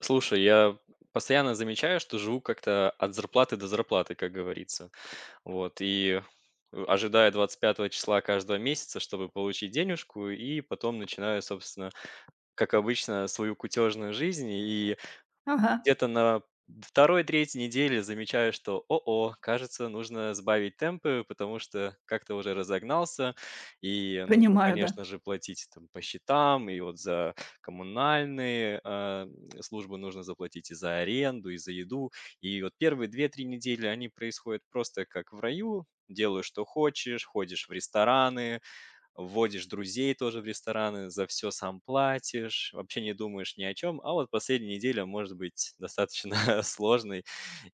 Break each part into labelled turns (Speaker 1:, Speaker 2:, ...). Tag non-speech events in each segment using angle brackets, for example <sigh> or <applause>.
Speaker 1: Слушай, я постоянно замечаю, что живу как-то от зарплаты до зарплаты, как говорится. Вот, и ожидаю 25 числа каждого месяца, чтобы получить денежку, и потом начинаю, собственно, как обычно, свою кутежную жизнь. И
Speaker 2: Ага,
Speaker 1: где-то на второй 3 неделе замечаю, что о-о, кажется, нужно сбавить темпы, потому что как-то уже разогнался, и нужно,
Speaker 2: понимаю, да.
Speaker 1: конечно же, платить там по счетам, и вот за коммунальные, службы нужно заплатить и за аренду, и за еду. И вот первые две-три недели, они происходят просто как в раю. Делаю, что хочешь, ходишь в рестораны, вводишь друзей тоже в рестораны, за все сам платишь, вообще не думаешь ни о чем. А вот последняя неделя может быть достаточно <laughs> сложной,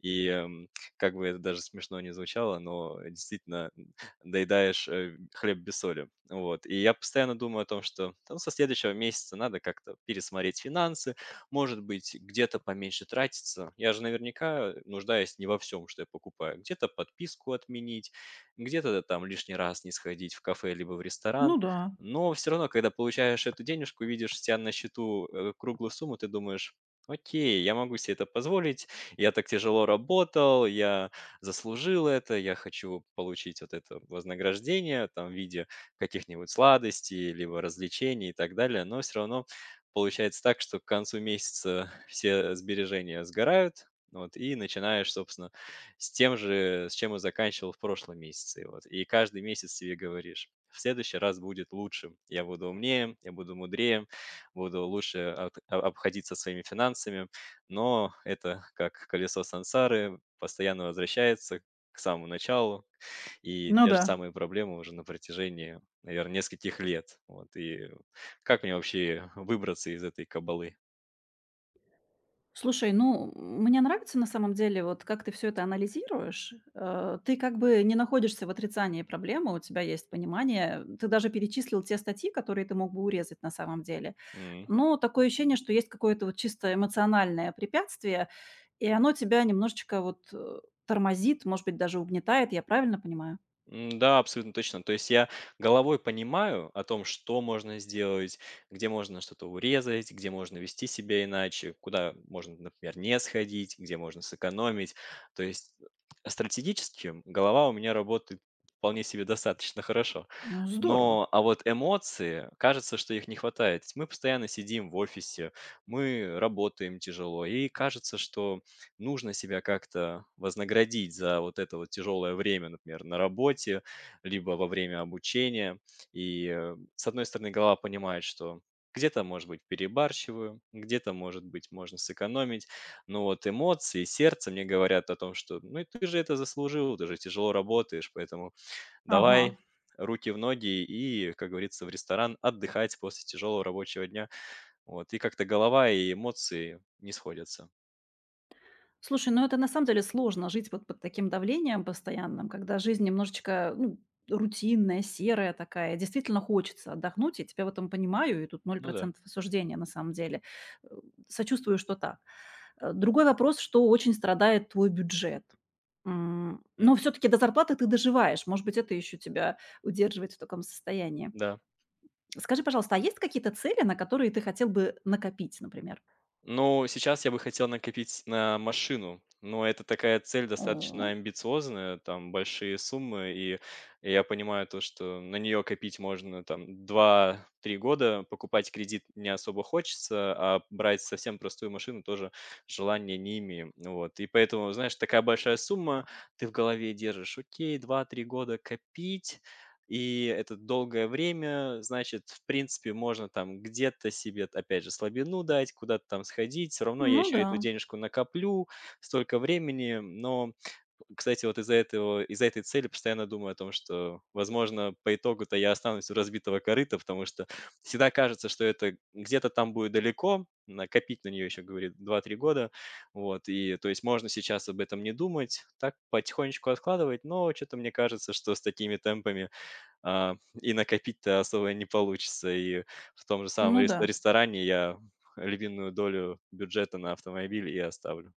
Speaker 1: и, как бы это даже смешно не звучало, но действительно, доедаешь, хлеб без соли. Вот, и я постоянно думаю о том, что, ну, со следующего месяца надо как-то пересмотреть финансы, может быть, где-то поменьше тратиться. Я же наверняка нуждаюсь не во всем, что я покупаю. Где-то подписку отменить, где-то да, там лишний раз не сходить в кафе либо в
Speaker 2: Ну
Speaker 1: ресторан.
Speaker 2: да,
Speaker 1: Но все равно, когда получаешь эту денежку, видишь у себя на счету круглую сумму, ты думаешь, окей, я могу себе это позволить, я так тяжело работал, я заслужил это, я хочу получить вот это вознаграждение там, в виде каких-нибудь сладостей, либо развлечений и так далее, но все равно получается так, что к концу месяца все сбережения сгорают, вот, и начинаешь, собственно, с тем же, с чем мы заканчивал в прошлом месяце. Вот. И каждый месяц себе говоришь, в следующий раз будет лучше. Я буду умнее, я буду мудрее, буду лучше обходиться своими финансами. Но это как колесо сансары, постоянно возвращается к самому началу. И
Speaker 2: ну
Speaker 1: те же
Speaker 2: да.
Speaker 1: самые проблемы уже на протяжении, наверное, нескольких лет. Вот. И как мне вообще выбраться из этой кабалы?
Speaker 2: Слушай, ну, мне нравится на самом деле, вот как ты все это анализируешь. Ты как бы не находишься в отрицании проблемы, у тебя есть понимание. Ты даже перечислил те статьи, которые ты мог бы урезать на самом деле.
Speaker 1: М.
Speaker 2: Но такое ощущение, что есть какое-то вот чисто эмоциональное препятствие, и оно тебя немножечко тормозит, может быть, даже угнетает. Я правильно понимаю?
Speaker 1: М, да, абсолютно точно. То есть я головой понимаю о том, что можно сделать, где можно что-то урезать, где можно вести себя иначе, куда можно, например, не сходить, где можно сэкономить. То есть стратегически голова у меня работает вполне себе достаточно хорошо.
Speaker 2: Ну, здорово.
Speaker 1: Но, а вот эмоции, кажется, что их не хватает. Мы постоянно сидим в офисе, мы работаем тяжело, и кажется, что нужно себя как-то вознаградить за вот это вот тяжелое время, например, на работе, либо во время обучения. И, с одной стороны, голова понимает, что где-то, может быть, перебарщиваю, где-то, может быть, можно сэкономить. Но вот эмоции, сердце мне говорят о том, что ну и ты же это заслужил, ты же тяжело работаешь, поэтому
Speaker 2: Ага.
Speaker 1: давай руки в ноги и, как говорится, в ресторан отдыхать после тяжелого рабочего дня. Вот. И как-то голова и эмоции не сходятся.
Speaker 2: Слушай, ну это на самом деле сложно жить вот под таким давлением постоянным, когда жизнь немножечко, ну, рутинная, серая такая. Действительно хочется отдохнуть, я тебя в этом понимаю, и тут ноль
Speaker 1: Ну да.
Speaker 2: процентов осуждения на самом деле. Э, Сочувствую, что так. Другой вопрос, что очень страдает твой бюджет.
Speaker 1: М,
Speaker 2: Но все-таки до зарплаты ты доживаешь. Может быть, это еще тебя удерживает в таком состоянии.
Speaker 1: да.
Speaker 2: Скажи, пожалуйста, а есть какие-то цели, на которые ты хотел бы накопить, например?
Speaker 1: Ну, сейчас я бы хотел накопить на машину, но это такая цель достаточно
Speaker 2: О,
Speaker 1: амбициозная, там большие суммы, и я понимаю то, что на нее копить можно там два-три года, покупать кредит не особо хочется, а брать совсем простую машину тоже желания не имею. Вот. И поэтому, знаешь, такая большая сумма, ты в голове держишь, окей, два-три года копить, и это долгое время, значит, в принципе, можно там где-то себе, опять же, слабину дать, куда-то там сходить. Все равно я
Speaker 2: ну
Speaker 1: еще
Speaker 2: да,
Speaker 1: эту денежку накоплю, столько времени. Но, кстати, вот из-за этого, из-за этой цели постоянно думаю о том, что, возможно, по итогу-то я останусь у разбитого корыта, потому что всегда кажется, что это где-то там будет далеко, накопить на нее еще, говорит, два-три года, вот, и, то есть, можно сейчас об этом не думать, так потихонечку откладывать, но что-то мне кажется, что с такими темпами а, и накопить-то особо не получится. И в том же самом
Speaker 2: ну
Speaker 1: рес
Speaker 2: да.
Speaker 1: ресторане я львиную долю бюджета на автомобиль и оставлю.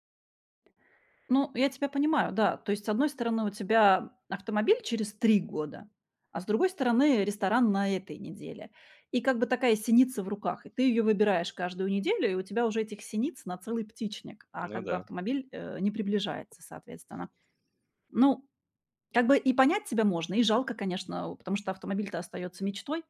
Speaker 2: Ну, я тебя понимаю, да. То есть, с одной стороны, у тебя автомобиль через 3 года, а с другой стороны, ресторан на этой неделе. И как бы такая синица в руках, и ты ее выбираешь каждую неделю, и у тебя уже этих синиц на целый птичник, а
Speaker 1: Ну
Speaker 2: как бы
Speaker 1: да.
Speaker 2: автомобиль не приближается, соответственно. Ну, как бы и понять тебя можно, и жалко, конечно, потому что автомобиль-то остается мечтой,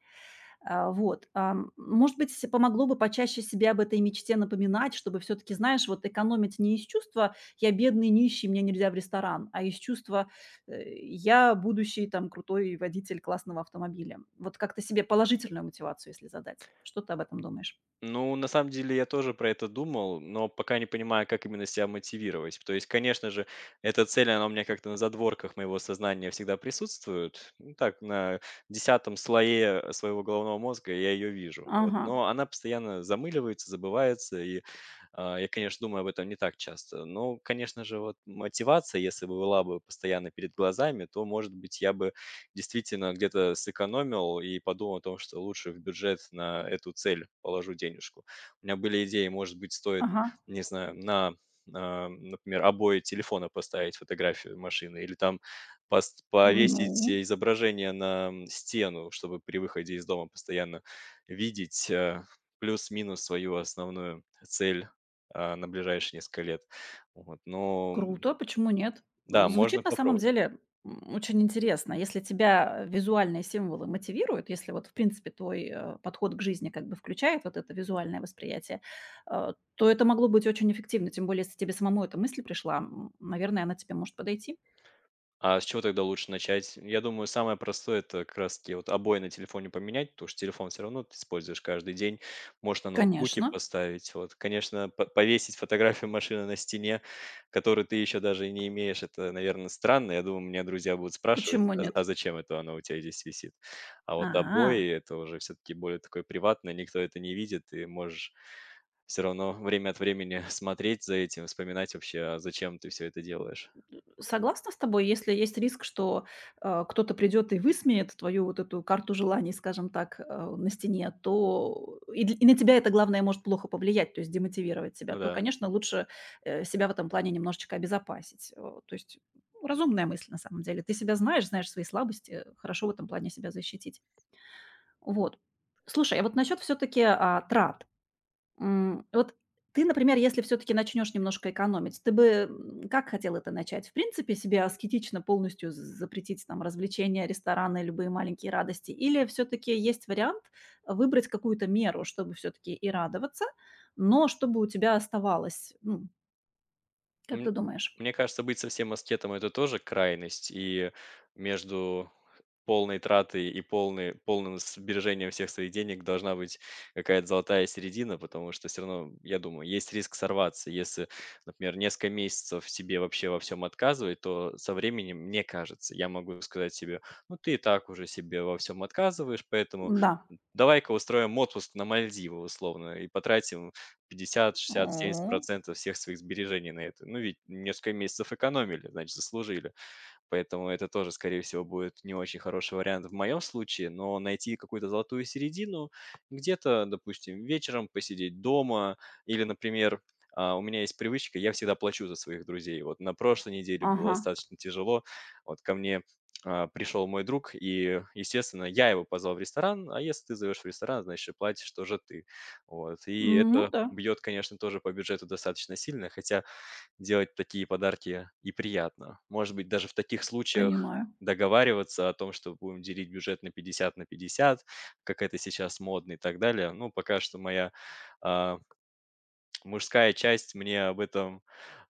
Speaker 2: может быть, с помогло бы почаще себе об этой мечте напоминать, чтобы все таки, знаешь, вот экономить не из чувства: "Я бедный, нищий, мне нельзя в ресторан", а из чувства, "Я будущий там крутой водитель классного автомобиля". Вот как-то себе положительную мотивацию, если задать. Что ты об этом думаешь?
Speaker 1: Ну, на самом деле я тоже про это думал, но пока не понимаю, как именно себя мотивировать. То есть, конечно же, эта цель, она у меня как-то на задворках моего сознания всегда присутствует. Ну, так, на десятом слое своего головного мозга я ее вижу. Вот.
Speaker 2: Ага,
Speaker 1: Но она постоянно замыливается, забывается, и я, конечно, думаю об этом не так часто. Но, конечно же, вот мотивация, если бы была бы постоянно перед глазами, то, может быть, я бы действительно где-то сэкономил и подумал о том, что лучше в бюджет на эту цель положу денежку. У меня были идеи, может быть, стоит,
Speaker 2: ага.
Speaker 1: не знаю, на, например, обои телефона поставить фотографию машины или там повесить
Speaker 2: Ну.
Speaker 1: изображение на стену, чтобы при выходе из дома постоянно видеть плюс-минус свою основную цель на ближайшие несколько лет. Вот. Но
Speaker 2: Круто, почему нет?
Speaker 1: да, можно
Speaker 2: Звучит на самом
Speaker 1: попробовать.
Speaker 2: деле, очень интересно. Если тебя визуальные символы мотивируют, если вот, в принципе, твой, подход к жизни как бы включает вот это визуальное восприятие, то это могло быть очень эффективно. Тем более, если тебе самому эта мысль пришла, наверное, она тебе может подойти.
Speaker 1: А с чего тогда лучше начать? Я думаю, самое простое — это как раз-таки вот обои на телефоне поменять, потому что телефон все равно ты используешь каждый день. Можешь на ноутбуке
Speaker 2: Конечно,
Speaker 1: поставить. Вот, конечно, по повесить фотографию машины на стене, которую ты еще даже и не имеешь, это, наверное, странно. Я думаю, меня друзья будут спрашивать:
Speaker 2: почему
Speaker 1: "А
Speaker 2: нет?
Speaker 1: зачем это оно у тебя здесь висит?" А вот
Speaker 2: Ага.
Speaker 1: обои — это уже все-таки более такое приватное, никто это не видит. И можешь все равно время от времени <laughs> смотреть за этим, вспоминать вообще, а зачем ты все это делаешь.
Speaker 2: Согласна с тобой, если есть риск, что, кто-то придет и высмеет твою вот эту карту желаний, скажем так, на стене, то и дл и на тебя это, главное, может плохо повлиять, то есть демотивировать себя,
Speaker 1: Ну
Speaker 2: то,
Speaker 1: да.
Speaker 2: конечно, лучше, себя в этом плане немножечко обезопасить. То есть, ну, разумная мысль на самом деле. Ты себя знаешь, знаешь свои слабости, хорошо в этом плане себя защитить. Вот. Слушай, а вот насчет все-таки, трат. Вот ты, например, если все таки начнешь немножко экономить, ты бы, как хотел это начать? В принципе, себе аскетично полностью з запретить там развлечения, рестораны, любые маленькие радости? Или все таки есть вариант выбрать какую-то меру, чтобы все таки и радоваться, но чтобы у тебя оставалось? Как
Speaker 1: М,
Speaker 2: ты думаешь?
Speaker 1: Мне кажется, быть совсем аскетом — это тоже крайность, и между полной траты и полной полным сбережением всех своих денег должна быть какая-то золотая середина, потому что все равно, я думаю, есть риск сорваться. Если, например, несколько месяцев себе вообще во всем отказывать, то со временем, мне кажется, я могу сказать себе: "Ну, ты и так уже себе во всем отказываешь, поэтому
Speaker 2: Да.
Speaker 1: давай-ка устроим отпуск на Мальдивы, условно, и потратим 50, 60,
Speaker 2: О,
Speaker 1: 70 всех своих сбережений на это". Ну, ведь несколько месяцев экономили, значит, заслужили. Поэтому это тоже, скорее всего, будет не очень хороший вариант в моем случае, но найти какую-то золотую середину, где-то, допустим, вечером посидеть дома или, например, у меня есть привычка, я всегда плачу за своих друзей. Вот на прошлой неделе было
Speaker 2: ага.
Speaker 1: достаточно тяжело. Вот ко мне пришел мой друг, и, естественно, я его позвал в ресторан, а если ты зовешь в ресторан, значит, и платишь тоже ты. Вот. И
Speaker 2: Ну
Speaker 1: это
Speaker 2: да,
Speaker 1: бьет, конечно, тоже по бюджету достаточно сильно, хотя делать такие подарки и приятно. Может быть, даже в таких случаях
Speaker 2: понимаю.
Speaker 1: договариваться о том, что будем делить бюджет на 50 на 50, как это сейчас модно и так далее. Ну, пока что моя а, мужская часть мне об этом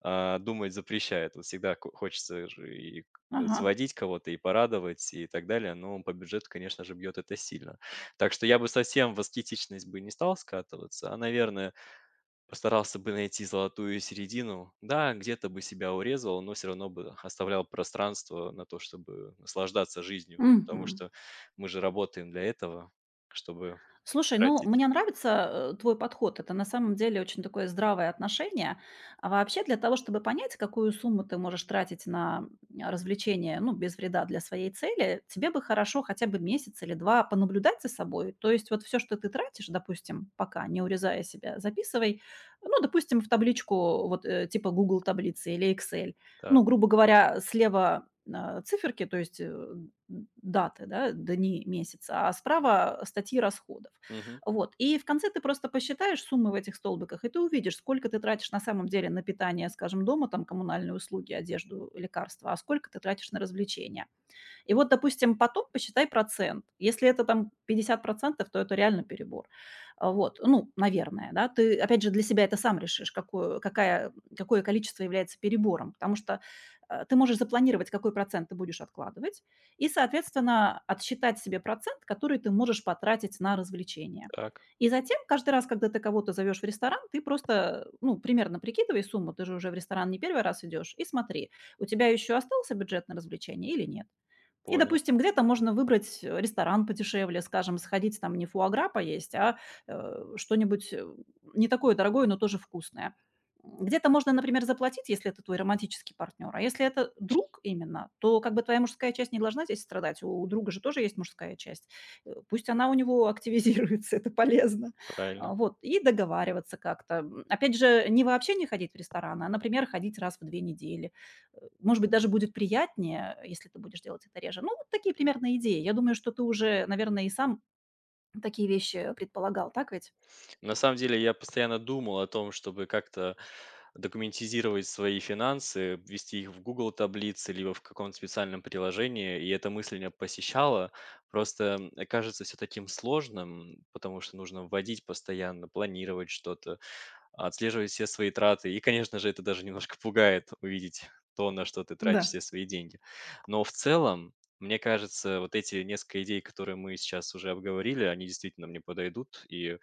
Speaker 1: думать запрещает. Вот всегда хочется же и
Speaker 2: Ага.
Speaker 1: сводить кого-то и порадовать и так далее, но по бюджету, конечно же, бьет это сильно. Так что я бы совсем в аскетичность бы не стал скатываться, а, наверное, постарался бы найти золотую середину. Да, где-то бы себя урезал, но все равно бы оставлял пространство на то, чтобы наслаждаться жизнью, потому
Speaker 2: Мгм.
Speaker 1: что мы же работаем для этого, чтобы
Speaker 2: Слушай, ну,
Speaker 1: тратить.
Speaker 2: мне нравится, твой подход. Это на самом деле очень такое здравое отношение. А вообще для того, чтобы понять, какую сумму ты можешь тратить на, развлечения, ну, без вреда для своей цели, тебе бы хорошо хотя бы месяц или 2 понаблюдать за собой. То есть вот все, что ты тратишь, допустим, пока, не урезая себя, записывай, ну, допустим, в табличку вот, типа Google таблицы" или Excel.
Speaker 1: Да.
Speaker 2: Ну, грубо говоря, слева циферки, то есть, даты, да, дни месяца, а справа статьи расходов.
Speaker 1: Мгм.
Speaker 2: Вот. И в конце ты просто посчитаешь суммы в этих столбиках, и ты увидишь, сколько ты тратишь на самом деле на питание, скажем, дома, там, коммунальные услуги, одежду, лекарства, а сколько ты тратишь на развлечения. И вот, допустим, потом посчитай процент. Если это там 50%, то это реально перебор. А, вот, ну, наверное, да. Ты, опять же, для себя это сам решишь, какое, какая, какое количество является перебором, потому что ты можешь запланировать, какой процент ты будешь откладывать, и, соответственно, отсчитать себе процент, который ты можешь потратить на развлечения.
Speaker 1: Так,
Speaker 2: И затем, каждый раз, когда ты кого-то зовешь в ресторан, ты просто, ну, примерно прикидывай сумму, ты же уже в ресторан не первый раз идешь, и смотри, у тебя еще остался бюджет на развлечение или нет. И,
Speaker 1: понял.
Speaker 2: допустим, где-то можно выбрать ресторан подешевле, скажем, сходить там не фуагра поесть, а, что-нибудь, не такое дорогое, но тоже вкусное. Где-то можно, например, заплатить, если это твой романтический партнер, а если это друг именно, то как бы твоя мужская часть не должна здесь страдать. У друга же тоже есть мужская часть. Пусть она у него активизируется, <laughs> это полезно.
Speaker 1: Правильно.
Speaker 2: А, вот, и договариваться как-то. Опять же, не вообще не ходить в ресторан, а, например, ходить раз в 2 недели. Может быть, даже будет приятнее, если ты будешь делать это реже. Ну, вот такие примерно идеи. Я думаю, что ты уже, наверное, и сам такие вещи предполагал, так ведь?
Speaker 1: На самом деле я постоянно думал о том, чтобы как-то документизировать свои финансы, ввести их в Google таблицы либо в каком-то специальном приложении, и эта мысль меня посещала. Просто кажется все таким сложным, потому что нужно вводить постоянно, планировать что-то, отслеживать все свои траты. И, конечно же, это даже немножко пугает увидеть то, на что ты тратишь
Speaker 2: Да.
Speaker 1: все свои деньги. Но в целом, мне кажется, вот эти несколько идей, которые мы сейчас уже обговорили, они действительно мне подойдут, и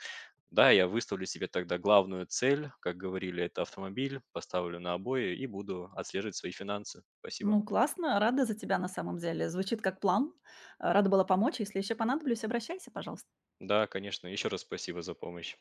Speaker 1: да, я выставлю себе тогда главную цель, как говорили, это автомобиль, поставлю на обои и буду отслеживать свои финансы. Спасибо.
Speaker 2: Ну, классно, рада за тебя на самом деле. Звучит как план. Рада была помочь. Если еще понадоблюсь, обращайся, пожалуйста.
Speaker 1: Да, конечно. Еще раз спасибо за помощь.